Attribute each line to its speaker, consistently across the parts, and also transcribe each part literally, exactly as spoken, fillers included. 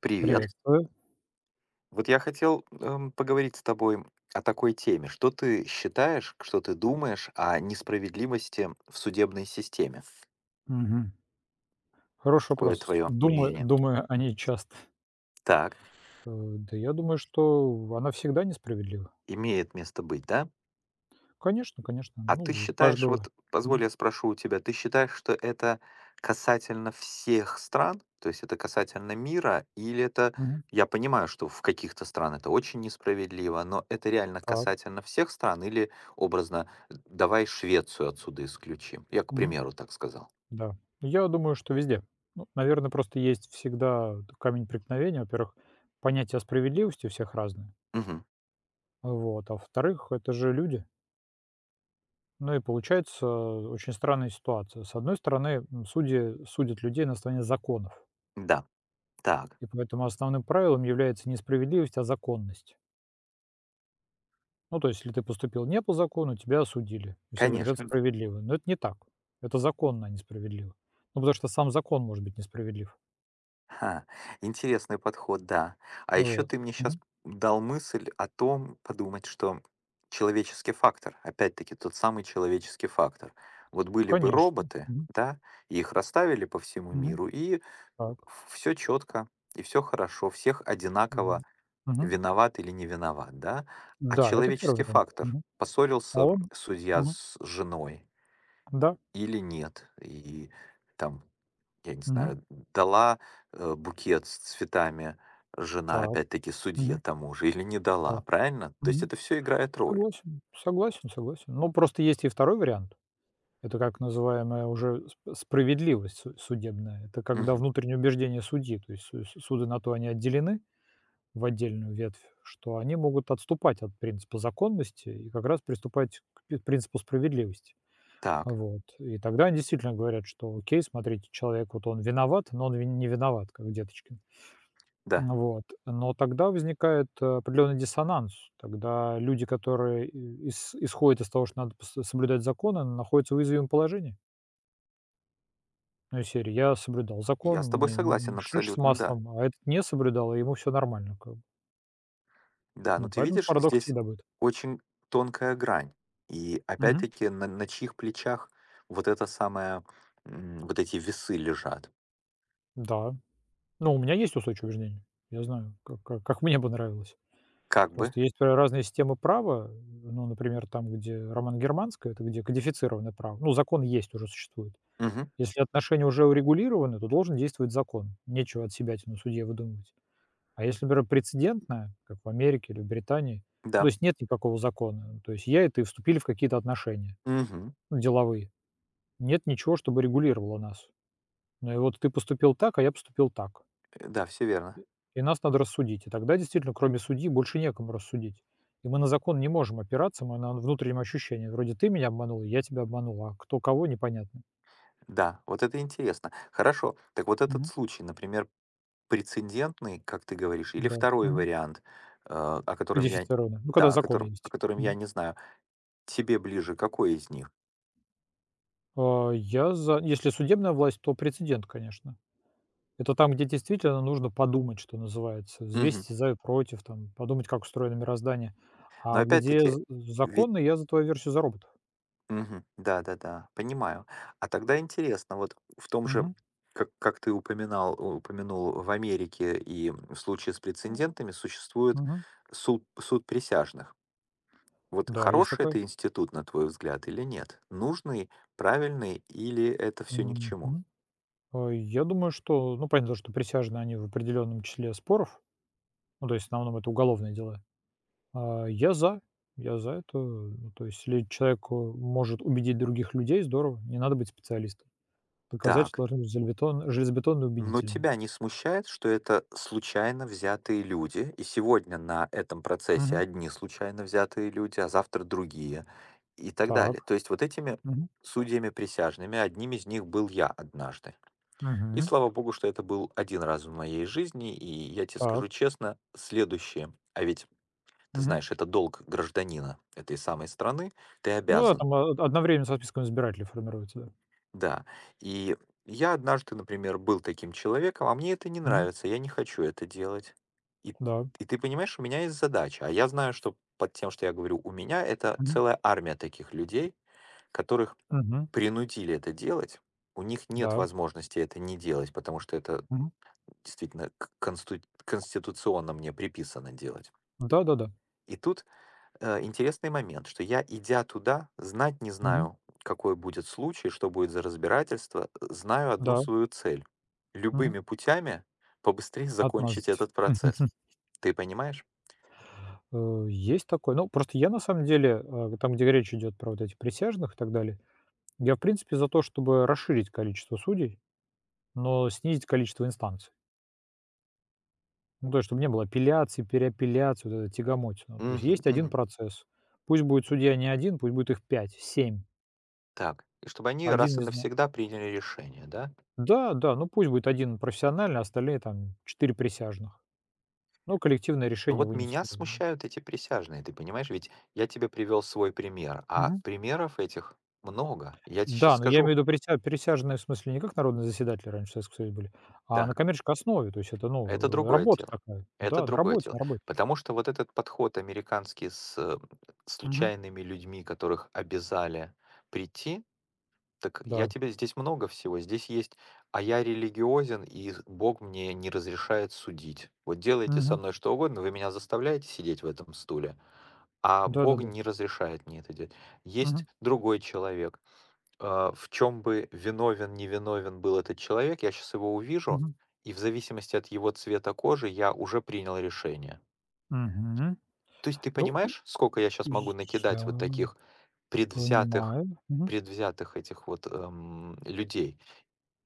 Speaker 1: Привет.
Speaker 2: Приветствую.
Speaker 1: Вот я хотел эм, поговорить с тобой о такой теме. Что ты считаешь, что ты думаешь о несправедливости в судебной системе?
Speaker 2: Мгм. Хороший
Speaker 1: Какое
Speaker 2: вопрос.
Speaker 1: твое
Speaker 2: Думаю
Speaker 1: мнение?
Speaker 2: думаю они часто.
Speaker 1: Так,
Speaker 2: Э, да я думаю, что она всегда несправедлива.
Speaker 1: имеет место быть, да?
Speaker 2: Конечно, конечно.
Speaker 1: А
Speaker 2: Ну,
Speaker 1: ты
Speaker 2: у
Speaker 1: считаешь,
Speaker 2: каждого.
Speaker 1: вот позволь,
Speaker 2: Мгм.
Speaker 1: я спрошу у тебя, ты считаешь, что это касательно всех стран, то есть это касательно мира, или это,
Speaker 2: Мгм.
Speaker 1: я понимаю, что в каких-то стран это очень несправедливо, но это реально
Speaker 2: Так.
Speaker 1: касательно всех стран, или образно, давай Швецию отсюда исключим. Я, к
Speaker 2: Мгм.
Speaker 1: примеру, так сказал.
Speaker 2: Да. Я думаю, что везде. Ну, наверное, просто есть всегда камень преткновения. Во-первых, понятие справедливости у всех разное.
Speaker 1: Мгм.
Speaker 2: Вот. А во-вторых, это же люди. Ну и получается э, очень странная ситуация. С одной стороны, м, судьи судят людей на основании законов.
Speaker 1: Да, так,
Speaker 2: И поэтому основным правилом является не справедливость, а законность. Ну, то есть, если ты поступил не по закону, тебя осудили. И все говорят, это
Speaker 1: конечно.
Speaker 2: справедливо. Но это не так. Это законно, а не справедливо. Ну, потому что сам закон может быть несправедлив.
Speaker 1: Ха, интересный подход, да. А еще
Speaker 2: Вот.
Speaker 1: ты мне сейчас
Speaker 2: Мгм.
Speaker 1: дал мысль о том, подумать, что человеческий фактор, опять-таки тот самый человеческий фактор. Вот были бы
Speaker 2: Конечно.
Speaker 1: роботы,
Speaker 2: Мгм.
Speaker 1: да, и их расставили по всему
Speaker 2: Мгм.
Speaker 1: миру, и
Speaker 2: Так.
Speaker 1: все четко, и все хорошо, всех
Speaker 2: Мгм.
Speaker 1: одинаково
Speaker 2: Мгм.
Speaker 1: виноват или не виноват, да. А
Speaker 2: Да, это первый
Speaker 1: человеческий
Speaker 2: вариант.
Speaker 1: фактор,
Speaker 2: Мгм. А
Speaker 1: поссорился
Speaker 2: он
Speaker 1: судья
Speaker 2: Мгм.
Speaker 1: с женой
Speaker 2: Да.
Speaker 1: или нет, и там я не
Speaker 2: Мгм.
Speaker 1: знаю, дала, э, букет с цветами жена,
Speaker 2: Так.
Speaker 1: опять-таки, судье
Speaker 2: Мгм.
Speaker 1: тому же или не дала,
Speaker 2: Да.
Speaker 1: правильно? То есть
Speaker 2: Мгм.
Speaker 1: это все играет роль.
Speaker 2: Согласен, согласен, согласен. Ну просто есть и второй вариант. Это как называемая уже сп справедливость су судебная. Это когда
Speaker 1: Мгм.
Speaker 2: внутреннее убеждение судьи, то есть су су- суды, на то они отделены в отдельную ветвь, что они могут отступать от принципа законности и как раз приступать к пи принципу справедливости.
Speaker 1: Так,
Speaker 2: Вот. И тогда они действительно говорят, что окей, смотрите, человек вот он виноват, но он ви не виноват, как Деточкин.
Speaker 1: да,
Speaker 2: Вот. Но тогда возникает, э, определенный диссонанс. Тогда люди, которые и ис исходят из того, что надо пос соблюдать законы, находятся в уязвимом положении. Ну, из серии: "Я соблюдал
Speaker 1: я
Speaker 2: закон,
Speaker 1: с тобой
Speaker 2: мне не не
Speaker 1: согласен
Speaker 2: шиш с
Speaker 1: абсолютно, да.
Speaker 2: маслом, а этот не соблюдал, и ему все нормально как бы".
Speaker 1: Да, но
Speaker 2: Ну,
Speaker 1: ты
Speaker 2: поэтому
Speaker 1: видишь,
Speaker 2: парадокс
Speaker 1: здесь
Speaker 2: всегда будет.
Speaker 1: очень тонкая грань. И
Speaker 2: Мгм.
Speaker 1: опять-таки, на на чьих плечах вот это самое, м, вот эти весы лежат?
Speaker 2: Да. Ну, у меня есть устойчивое убеждение. Я знаю, как как как мне бы нравилось.
Speaker 1: Как бы.
Speaker 2: Просто есть ра разные системы права. Ну, например, там, где Роман германское, это где кодифицированное право. Ну, закон есть, уже существует.
Speaker 1: Мгм.
Speaker 2: Если отношения уже урегулированы, то должен действовать закон. Нечего от себя тяну судье выдумывать. А если, например, прецедентное, как в Америке или в Британии, ну, то
Speaker 1: Да.
Speaker 2: есть нет никакого закона, то есть я и ты вступили в какие-то отношения,
Speaker 1: Мгм.
Speaker 2: ну, деловые. Нет ничего, чтобы регулировало нас. Ну и вот ты поступил так, а я поступил так.
Speaker 1: Э, Да, все верно.
Speaker 2: И нас надо рассудить. И тогда действительно, кроме судьи, больше некому рассудить. И мы на закон не можем опираться, мы на внутреннем ощущении. Вроде ты меня обманул, я тебя обманул, а кто кого, непонятно.
Speaker 1: Да, вот это интересно. Хорошо. Так вот этот
Speaker 2: Мгм.
Speaker 1: случай, например, прецедентный, как ты говоришь, или
Speaker 2: Да.
Speaker 1: второй
Speaker 2: Мгм.
Speaker 1: вариант, э, о котором я
Speaker 2: Кодифицировано. Ну, когда
Speaker 1: да, о
Speaker 2: законы
Speaker 1: котором
Speaker 2: есть.
Speaker 1: о котором я
Speaker 2: Мгм.
Speaker 1: не знаю. Тебе ближе какой из них?
Speaker 2: А, я за... Если судебная власть, то прецедент, конечно. Это там, где действительно нужно подумать, что называется,
Speaker 1: Мгм.
Speaker 2: взвесить и за и против, там, подумать, как устроено мироздание.
Speaker 1: Но
Speaker 2: А где
Speaker 1: опять-таки,
Speaker 2: з
Speaker 1: ведь
Speaker 2: законно, я за твою версию, за роботов.
Speaker 1: мгм, да-да-да, понимаю. А тогда интересно, вот в том же,
Speaker 2: Мгм,
Speaker 1: как как ты упоминал упомянул, в Америке и в случае с прецедентами существует
Speaker 2: мгм.
Speaker 1: суд суд присяжных. Вот
Speaker 2: Да, есть
Speaker 1: хороший
Speaker 2: такое.
Speaker 1: это институт, на твой взгляд, или нет? Нужный, правильный или это все ни к чему?
Speaker 2: Мгм. А, я думаю, что, ну, понятно, что присяжные, они в определенном числе споров, ну, то есть в основном это уголовные дела. А, я за, я за это. Ну, то есть если человек, э, может убедить других людей, здорово, не надо быть специалистом.
Speaker 1: Так.
Speaker 2: Доказательства должны быть железобетон железобетонные,
Speaker 1: Но
Speaker 2: убедительные.
Speaker 1: тебя не смущает, что это случайно взятые люди, и сегодня на этом процессе
Speaker 2: Мгм.
Speaker 1: одни случайно взятые люди, а завтра другие и так далее.
Speaker 2: Так.
Speaker 1: То есть вот этими
Speaker 2: Мгм.
Speaker 1: судьями-присяжными, одним из них был я однажды. И
Speaker 2: Мгм.
Speaker 1: слава богу, что это был один раз в моей жизни, и я тебе
Speaker 2: Так.
Speaker 1: скажу честно, следующее, а ведь ты
Speaker 2: Мгм.
Speaker 1: знаешь, это долг гражданина этой самой страны, ты
Speaker 2: Ну да,
Speaker 1: обязан.
Speaker 2: там о одновременно со списком избирателей формируется, да.
Speaker 1: Да. И я однажды, например, был таким человеком, а мне это не
Speaker 2: Мгм.
Speaker 1: нравится, я не хочу это делать. И,
Speaker 2: Да.
Speaker 1: и ты понимаешь, у меня есть задача. А я знаю, что под тем, что я говорю, у меня это
Speaker 2: Мгм.
Speaker 1: целая армия таких людей, которых
Speaker 2: Мгм.
Speaker 1: принудили это делать. У них
Speaker 2: Да,
Speaker 1: нет
Speaker 2: да, да.
Speaker 1: возможности это не делать, потому что это
Speaker 2: Мгм.
Speaker 1: действительно к- консту- конституционно мне приписано делать.
Speaker 2: Да-да-да.
Speaker 1: И тут Э, интересный момент, что я, идя туда, знать не
Speaker 2: Мгм.
Speaker 1: знаю, какой будет случай, что будет за разбирательство, э, знаю одну
Speaker 2: Да.
Speaker 1: свою цель:
Speaker 2: Мгм.
Speaker 1: любыми путями побыстрее закончить
Speaker 2: Отмазаться.
Speaker 1: этот процесс. Ты понимаешь?
Speaker 2: Э, есть такое. Ну, просто я на самом деле, э, там, где речь идет про вот этих присяжных и так далее, я, в принципе, за то, чтобы расширить количество судей, но снизить количество инстанций. Ну, то есть, чтобы не было апелляций, переапелляций, вот эта тягомотина. То есть
Speaker 1: Мгм,
Speaker 2: есть один
Speaker 1: мгм.
Speaker 2: процесс. Пусть будет судья не один, пусть будет их пять, семь,
Speaker 1: Так, и чтобы они
Speaker 2: один
Speaker 1: раз и
Speaker 2: не знаю.
Speaker 1: навсегда приняли решение, да?
Speaker 2: Да, да, ну пусть будет один профессиональный, а остальные там четыре присяжных. Ну, коллективное
Speaker 1: Ну
Speaker 2: решение
Speaker 1: вот меня
Speaker 2: вынесли.
Speaker 1: смущают эти присяжные, ты понимаешь? Ведь я тебе привел свой пример, а
Speaker 2: Мгм.
Speaker 1: примеров этих много. Я тебе сейчас
Speaker 2: Да, но я
Speaker 1: скажу,
Speaker 2: имею в виду прися присяжные в смысле не как народные заседатели раньше в Советском Союзе были, а на
Speaker 1: да.
Speaker 2: коммерческой основе. То есть это,
Speaker 1: Это
Speaker 2: ну, э,
Speaker 1: другое
Speaker 2: работа
Speaker 1: дело.
Speaker 2: такая.
Speaker 1: Это
Speaker 2: Да, на
Speaker 1: другое
Speaker 2: работе, на
Speaker 1: дело.
Speaker 2: работе.
Speaker 1: Потому что вот этот подход американский с э,
Speaker 2: Мгм.
Speaker 1: случайными людьми, которых обязали прийти, так я
Speaker 2: Да.
Speaker 1: тебе здесь много всего. Здесь есть, а я религиозен, и Бог мне не разрешает судить. Вот делайте со
Speaker 2: Мгм.
Speaker 1: мной что угодно, вы меня заставляете сидеть в этом стуле, а Бог
Speaker 2: Да-да-да.
Speaker 1: не разрешает мне это делать.
Speaker 2: Мгм.
Speaker 1: Есть другой человек, а, в чем бы виновен, невиновен был этот человек, я сейчас его увижу,
Speaker 2: Мгм.
Speaker 1: и в зависимости от его цвета кожи я уже принял решение.
Speaker 2: Мгм. Мгм.
Speaker 1: То есть ты
Speaker 2: Ну и
Speaker 1: понимаешь, сколько я сейчас
Speaker 2: и
Speaker 1: могу
Speaker 2: я
Speaker 1: накидать вот таких предвзятых,
Speaker 2: понимаю. Мгм.
Speaker 1: предвзятых этих вот эм, людей.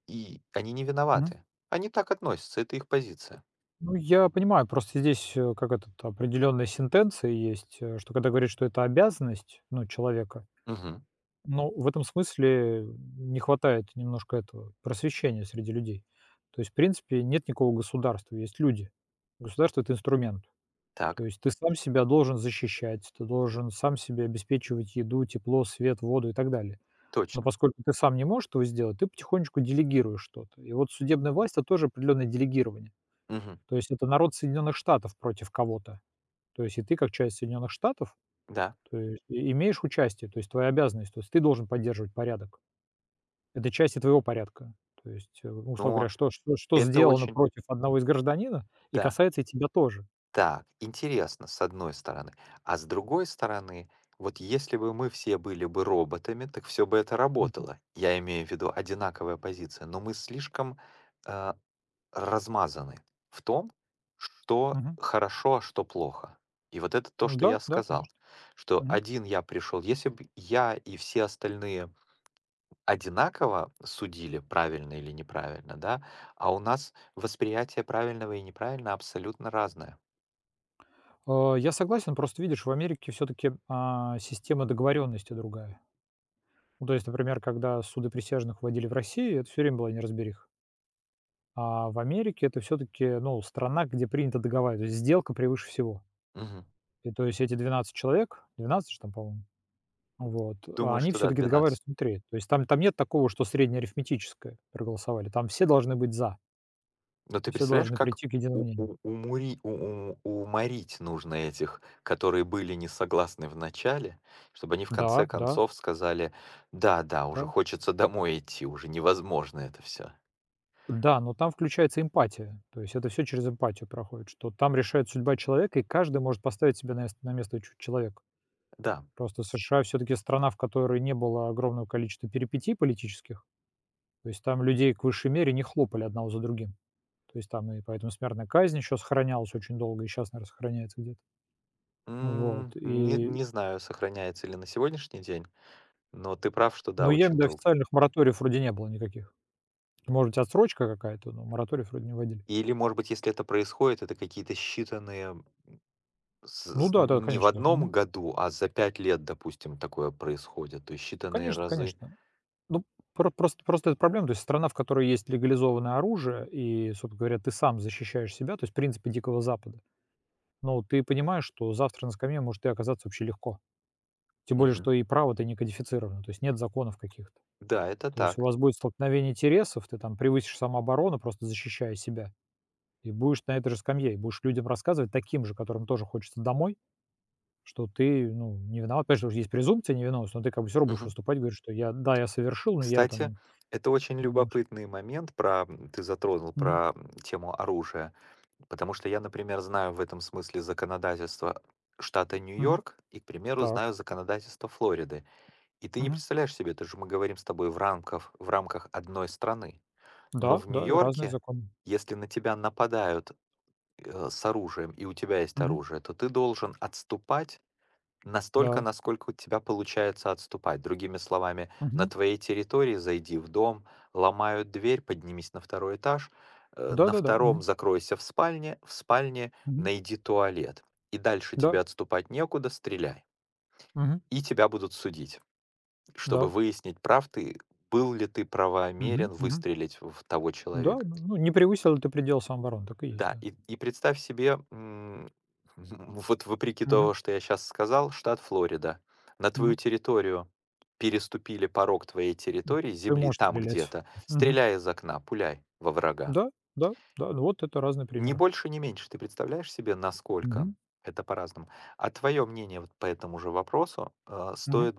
Speaker 1: И они не
Speaker 2: Мгм.
Speaker 1: виноваты. Они так относятся, это их позиция.
Speaker 2: Ну, я понимаю, просто здесь, э, как этот, определенные сентенции есть, э, что когда говорит, что это обязанность, ну, человека,
Speaker 1: Мгм.
Speaker 2: но в этом смысле не хватает немножко этого просвещения среди людей. То есть, в принципе, нет никакого государства, есть люди. Государство– это инструмент.
Speaker 1: Так,
Speaker 2: То есть ты сам себя должен защищать, ты должен сам себе обеспечивать еду, тепло, свет, воду и так далее. Но
Speaker 1: точно.
Speaker 2: поскольку ты сам не можешь этого сделать, ты потихонечку делегируешь что-то. И вот судебная власть– это тоже определенное делегирование,
Speaker 1: Мгм.
Speaker 2: то есть это народ Соединенных Штатов против кого-то. То есть и ты как часть Соединенных Штатов,
Speaker 1: Да.
Speaker 2: то есть и имеешь участие, то есть твоя обязанность, то есть ты должен поддерживать порядок. Это часть и твоего порядка. То есть, э, условно говоря,
Speaker 1: Но
Speaker 2: что что что
Speaker 1: это
Speaker 2: сделано
Speaker 1: очень,
Speaker 2: против одного из гражданина и
Speaker 1: да,
Speaker 2: касается и тебя тоже.
Speaker 1: так, интересно, с одной стороны. А с другой стороны, вот если бы мы все были бы роботами, так все бы это
Speaker 2: Мгм.
Speaker 1: работало. Я имею в виду одинаковая позиция, но мы слишком э, размазаны в том, что
Speaker 2: Мгм.
Speaker 1: хорошо, а что плохо. И вот это то,
Speaker 2: Ну
Speaker 1: что
Speaker 2: да,
Speaker 1: я
Speaker 2: да,
Speaker 1: сказал,
Speaker 2: конечно.
Speaker 1: что
Speaker 2: Мгм.
Speaker 1: один я пришел, если бы я и все остальные одинаково судили, правильно или неправильно, да, а у нас восприятие правильного и неправильно абсолютно разное.
Speaker 2: Э, я согласен, просто видишь, в Америке все таки система договоренности другая. Ну, то есть, например, когда суды присяжных вводили в России, это все время была неразбериха. А в Америке это все-таки, ну, страна, где принято договаривать, то есть сделка превыше всего.
Speaker 1: Мгм.
Speaker 2: И то есть эти двенадцать человек, двенадцать же там, по-моему, вот, а
Speaker 1: Думаю,
Speaker 2: они
Speaker 1: что да,
Speaker 2: все-таки договариваются
Speaker 1: двенадцать.
Speaker 2: внутри. То есть там, там нет такого, что среднеарифметическое проголосовали. Там все должны быть за,
Speaker 1: Но ты
Speaker 2: все
Speaker 1: представляешь,
Speaker 2: должны
Speaker 1: как
Speaker 2: прийти к единому
Speaker 1: у
Speaker 2: мнению.
Speaker 1: у умури у у уморить нужно этих, которые были не согласны в начале, чтобы они в конце
Speaker 2: Да, да,
Speaker 1: концов сказали: "Да, да, уже
Speaker 2: да.
Speaker 1: хочется домой идти, уже невозможно это все.
Speaker 2: Да, но там включается эмпатия. То есть это все через эмпатию проходит, что там решает судьба человека, и каждый может поставить себя на, мест- на место чу- человека.
Speaker 1: Да,
Speaker 2: Просто США все-таки страна, в которой не было огромного количества перипетий политических. То есть там людей к высшей мере не хлопали одного за другим. То есть там и поэтому смертная казнь еще сохранялась очень долго и сейчас, наверно, сохраняется где-то.
Speaker 1: м,
Speaker 2: Вот.
Speaker 1: не
Speaker 2: И
Speaker 1: не знаю, сохраняется ли на сегодняшний день, но ты прав, что
Speaker 2: но
Speaker 1: да, очень
Speaker 2: ЕМД
Speaker 1: долго.
Speaker 2: официальных мораториев вроде не было никаких. Может быть, отсрочка какая-то, но мораториев вроде не вводили.
Speaker 1: Или, может быть, если это происходит, это какие-то считанные с
Speaker 2: Ну
Speaker 1: з
Speaker 2: да, да,
Speaker 1: не в
Speaker 2: конечно. Мгм.
Speaker 1: одном году, а за пять лет, допустим, такое происходит, то есть считанные
Speaker 2: Конечно,
Speaker 1: разы.
Speaker 2: конечно. Ну, про просто просто это проблема. То есть страна, в которой есть легализованное оружие и, собственно говоря, ты сам защищаешь себя, то есть принципы Дикого Запада. Но ты понимаешь, что завтра на скамье может ты оказаться вообще легко. Тем более,
Speaker 1: Мгм.
Speaker 2: что и право-то не кодифицировано, то есть нет законов каких-то.
Speaker 1: Да, это
Speaker 2: То есть у
Speaker 1: так.
Speaker 2: вас будет столкновение интересов, ты там превысишь самооборону, просто защищая себя, и будешь на этой же скамье, и будешь людям рассказывать, таким же, которым тоже хочется домой, что ты, ну, не виноват. Конечно, есть презумпция невиновности, но ты как бы все равно будешь
Speaker 1: Мгм.
Speaker 2: выступать, говоришь, что я, да, я совершил, но я
Speaker 1: Кстати,
Speaker 2: там...
Speaker 1: это очень
Speaker 2: м, ш-
Speaker 1: любопытный момент про, м, ты затронул
Speaker 2: Мгм.
Speaker 1: про м, тему оружия, потому что я, например, знаю в этом смысле законодательство штата
Speaker 2: Мгм.
Speaker 1: Нью-Йорк и, к примеру,
Speaker 2: Так.
Speaker 1: знаю законодательство Флориды. И ты не
Speaker 2: Мгм.
Speaker 1: представляешь себе, это же мы говорим с тобой в рамках, в рамках одной страны. Но
Speaker 2: Да,
Speaker 1: в
Speaker 2: да, и разные
Speaker 1: Нью-Йорке,
Speaker 2: законы.
Speaker 1: если на тебя нападают э, с оружием, и у тебя есть
Speaker 2: Мгм.
Speaker 1: оружие, то ты должен отступать настолько,
Speaker 2: Да.
Speaker 1: насколько у тебя получается отступать. Другими словами, на
Speaker 2: Мгм.
Speaker 1: твоей территории зайди в дом, ломают дверь, поднимись на второй этаж, э, на
Speaker 2: Да-да-да.
Speaker 1: втором
Speaker 2: Мгм.
Speaker 1: закройся в спальне, в спальне
Speaker 2: Мгм.
Speaker 1: найди туалет. И дальше
Speaker 2: Да.
Speaker 1: тебе отступать некуда, стреляй.
Speaker 2: Мгм.
Speaker 1: И тебя будут судить, чтобы
Speaker 2: Да.
Speaker 1: выяснить, прав ты, был ли ты
Speaker 2: Мгм.
Speaker 1: правомерен
Speaker 2: Мгм.
Speaker 1: выстрелить в того
Speaker 2: Да,
Speaker 1: человека.
Speaker 2: ну, не превысил ли ты предел самообороны, так и есть,
Speaker 1: Да,
Speaker 2: да.
Speaker 1: и и представь себе, м, вот вопреки
Speaker 2: Мгм.
Speaker 1: того, что я сейчас сказал, штат Флорида. На твою
Speaker 2: Мгм.
Speaker 1: территорию переступили порог твоей территории,
Speaker 2: Ты
Speaker 1: земли,
Speaker 2: можешь
Speaker 1: там
Speaker 2: стрелять.
Speaker 1: где-то,
Speaker 2: Мгм.
Speaker 1: стреляй из окна, пуляй во врага.
Speaker 2: Да, да, да, ну вот это разные
Speaker 1: Ни
Speaker 2: примеры.
Speaker 1: больше, ни меньше. Ты представляешь себе, насколько
Speaker 2: Мгм,
Speaker 1: это по-разному? А твое мнение вот по этому же вопросу, э,
Speaker 2: мгм.
Speaker 1: стоит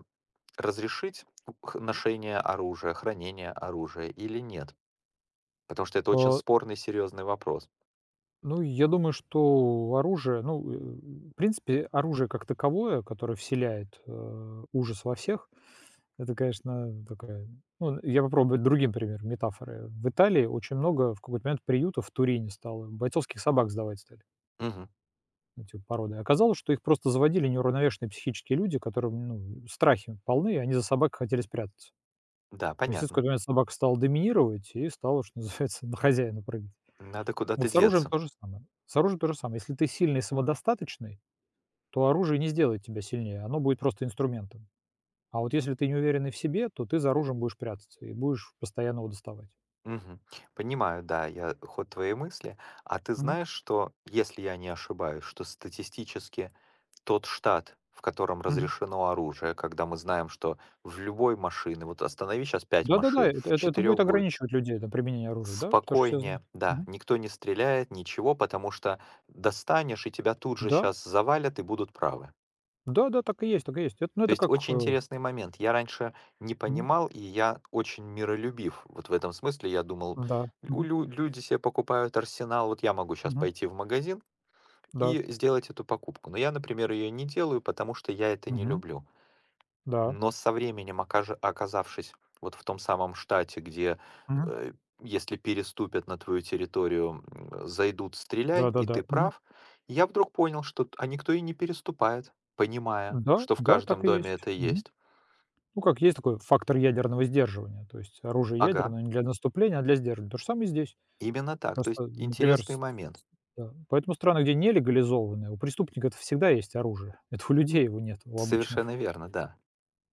Speaker 1: разрешить х ношение оружия, хранение оружия или нет? Потому что это очень
Speaker 2: А,
Speaker 1: спорный серьезный вопрос.
Speaker 2: ну, я думаю, что оружие, ну, э, в принципе, оружие как таковое, которое вселяет, э, ужас во всех, это, конечно, такая... Ну, я попробую другим примером метафоры. В Италии очень много в какой-то момент приютов в Турине стало, бойцовских собак сдавать стали.
Speaker 1: Мгм.
Speaker 2: Эти породы. Оказалось, что их просто заводили неуравновешенные психические люди, которым, ну, страхи полны, и они за собак хотели спрятаться.
Speaker 1: Да,
Speaker 2: Но, естественно, в
Speaker 1: понятно.
Speaker 2: какой-то момент собака стала доминировать и стала, что называется, на хозяина прыгать.
Speaker 1: Надо
Speaker 2: Вот
Speaker 1: куда-то
Speaker 2: с оружием
Speaker 1: деться.
Speaker 2: то же самое. С оружием то же самое. Если ты сильный и самодостаточный, то оружие не сделает тебя сильнее, оно будет просто инструментом. А вот если ты неуверенный в себе, то ты за оружием будешь прятаться и будешь постоянно его доставать.
Speaker 1: Мгм. Понимаю, да, я ход твоей мысли. А ты
Speaker 2: Мгм.
Speaker 1: знаешь, что, если я не ошибаюсь, что статистически тот штат, в котором
Speaker 2: Мгм.
Speaker 1: разрешено оружие, когда мы знаем, что в любой машине, вот останови сейчас пять
Speaker 2: Да-да-да,
Speaker 1: машин,
Speaker 2: это
Speaker 1: в
Speaker 2: это это будет
Speaker 1: четырех будет
Speaker 2: ограничивать людей, это применение оружия, да, потому что все знают.
Speaker 1: спокойнее, да,
Speaker 2: Мгм.
Speaker 1: никто не стреляет, ничего, потому что достанешь, и тебя тут же
Speaker 2: Да,
Speaker 1: сейчас завалят и будут правы.
Speaker 2: да-да, так и есть, так и есть. Это, ну,
Speaker 1: То
Speaker 2: это
Speaker 1: есть
Speaker 2: как,
Speaker 1: очень
Speaker 2: э
Speaker 1: интересный момент. Я раньше не
Speaker 2: Мгм.
Speaker 1: понимал, и я очень миролюбив. Вот в этом смысле я думал,
Speaker 2: Да.
Speaker 1: у
Speaker 2: Мгм.
Speaker 1: лю- люди себе покупают арсенал, вот я могу сейчас
Speaker 2: Мгм.
Speaker 1: пойти в магазин
Speaker 2: Да.
Speaker 1: и сделать эту покупку. Но я, например, ее не делаю, потому что я это не
Speaker 2: Мгм.
Speaker 1: люблю.
Speaker 2: Да.
Speaker 1: Но со временем, окажи- оказавшись вот в том самом штате, где
Speaker 2: Мгм.
Speaker 1: э, если переступят на твою территорию, м, зайдут, стреляй, и
Speaker 2: Да-да-да.
Speaker 1: ты прав, я вдруг понял, что т- а никто и не переступает, понимая,
Speaker 2: Да,
Speaker 1: что в
Speaker 2: да, так
Speaker 1: каждом
Speaker 2: и
Speaker 1: доме
Speaker 2: есть.
Speaker 1: это
Speaker 2: Мгм.
Speaker 1: есть.
Speaker 2: Ну, как есть такой фактор ядерного сдерживания, то есть оружие
Speaker 1: Ага,
Speaker 2: ядерное не для наступления, а для сдерживания. То же самое и здесь.
Speaker 1: именно так. То есть
Speaker 2: Просто, например,
Speaker 1: интересный
Speaker 2: с
Speaker 1: момент.
Speaker 2: с да, поэтому страны, где не легализованы, у преступников всегда есть оружие. Это у людей его нет, у обычных.
Speaker 1: Совершенно верно, да.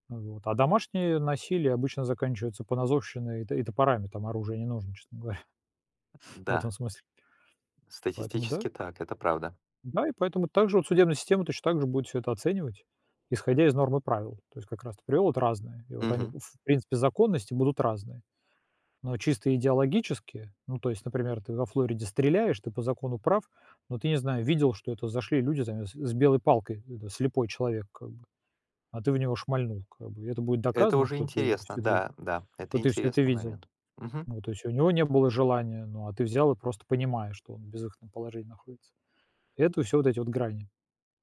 Speaker 2: Вот. А домашнее насилие обычно заканчивается поножовщиной и т и топорами, там оружие не нужно, честно говоря, в этом
Speaker 1: Да,
Speaker 2: смысле. Поэтому да.
Speaker 1: статистически так, это правда.
Speaker 2: Да, и поэтому также вот судебная система точно так же будет все это оценивать, исходя из норм и правил. То есть как раз ты привёл вот разные, и вот они в
Speaker 1: Мгм.
Speaker 2: принципе законности будут разные. Но чисто идеологически, ну, то есть, например, ты во Флориде стреляешь, ты по закону прав, но ты, не знаю, видел, что это зашли люди там с с белой палкой, это слепой человек как бы, а ты в него шмальнул как бы. И это будет
Speaker 1: Это
Speaker 2: доказано,
Speaker 1: уже
Speaker 2: что ты
Speaker 1: интересно,
Speaker 2: всё это
Speaker 1: да, да,
Speaker 2: что
Speaker 1: это
Speaker 2: ты все это
Speaker 1: интересный
Speaker 2: видел.
Speaker 1: момент. Мгм,
Speaker 2: Ну, то есть у него не было желания, ну, а ты взял и просто понимаешь, что он в безвыходном положении находится. И это все вот эти вот грани.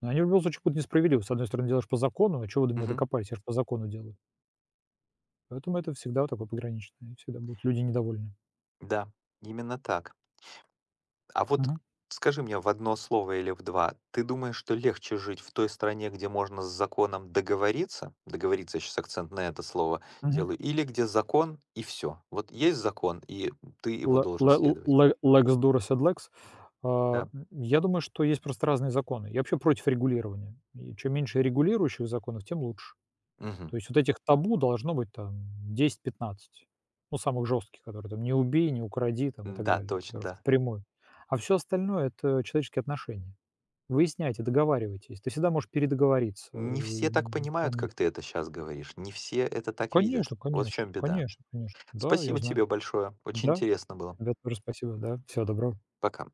Speaker 2: Но они в любом случае будут несправедливы. С одной стороны, делаешь по закону, а чего вы до меня
Speaker 1: мгм.
Speaker 2: докопались, я же по закону делаю. Поэтому это всегда такое пограничное, и всегда будут люди недовольны.
Speaker 1: Да, именно так. А вот
Speaker 2: Мгм,
Speaker 1: скажи мне в одно слово или в два, ты думаешь, что легче жить в той стране, где можно с законом договориться? Договориться, сейчас акцент на это слово
Speaker 2: мгм.
Speaker 1: делаю. Или где закон и все. Вот есть закон, и ты его
Speaker 2: Ле
Speaker 1: должен
Speaker 2: ле
Speaker 1: следовать.
Speaker 2: ле Lex duris et lex. А, м,
Speaker 1: Да.
Speaker 2: я думаю, что есть просто разные законы. Я вообще против регулирования. И чем меньше регулирующих законов, тем лучше.
Speaker 1: Мгм.
Speaker 2: То есть вот этих табу должно быть там десять пятнадцать. Ну, самых жестких, которые там "не убей", "не укради" там и так
Speaker 1: Да,
Speaker 2: далее,
Speaker 1: точно,
Speaker 2: которые
Speaker 1: да.
Speaker 2: впрямую. А все остальное- это человеческие отношения. Выясняйте, договаривайтесь. Ты всегда можешь передоговориться, э,
Speaker 1: Не все так
Speaker 2: м, по
Speaker 1: понимают, как
Speaker 2: миру.
Speaker 1: ты это сейчас говоришь. Не все это так видят.
Speaker 2: Конечно,
Speaker 1: Вот в
Speaker 2: конечно,
Speaker 1: чем беда.
Speaker 2: конечно, конечно. Да, я
Speaker 1: Спасибо
Speaker 2: знаю.
Speaker 1: тебе большое. Очень
Speaker 2: Да,
Speaker 1: интересно было.
Speaker 2: тебе тоже спасибо. Да, всего доброго.
Speaker 1: Пока.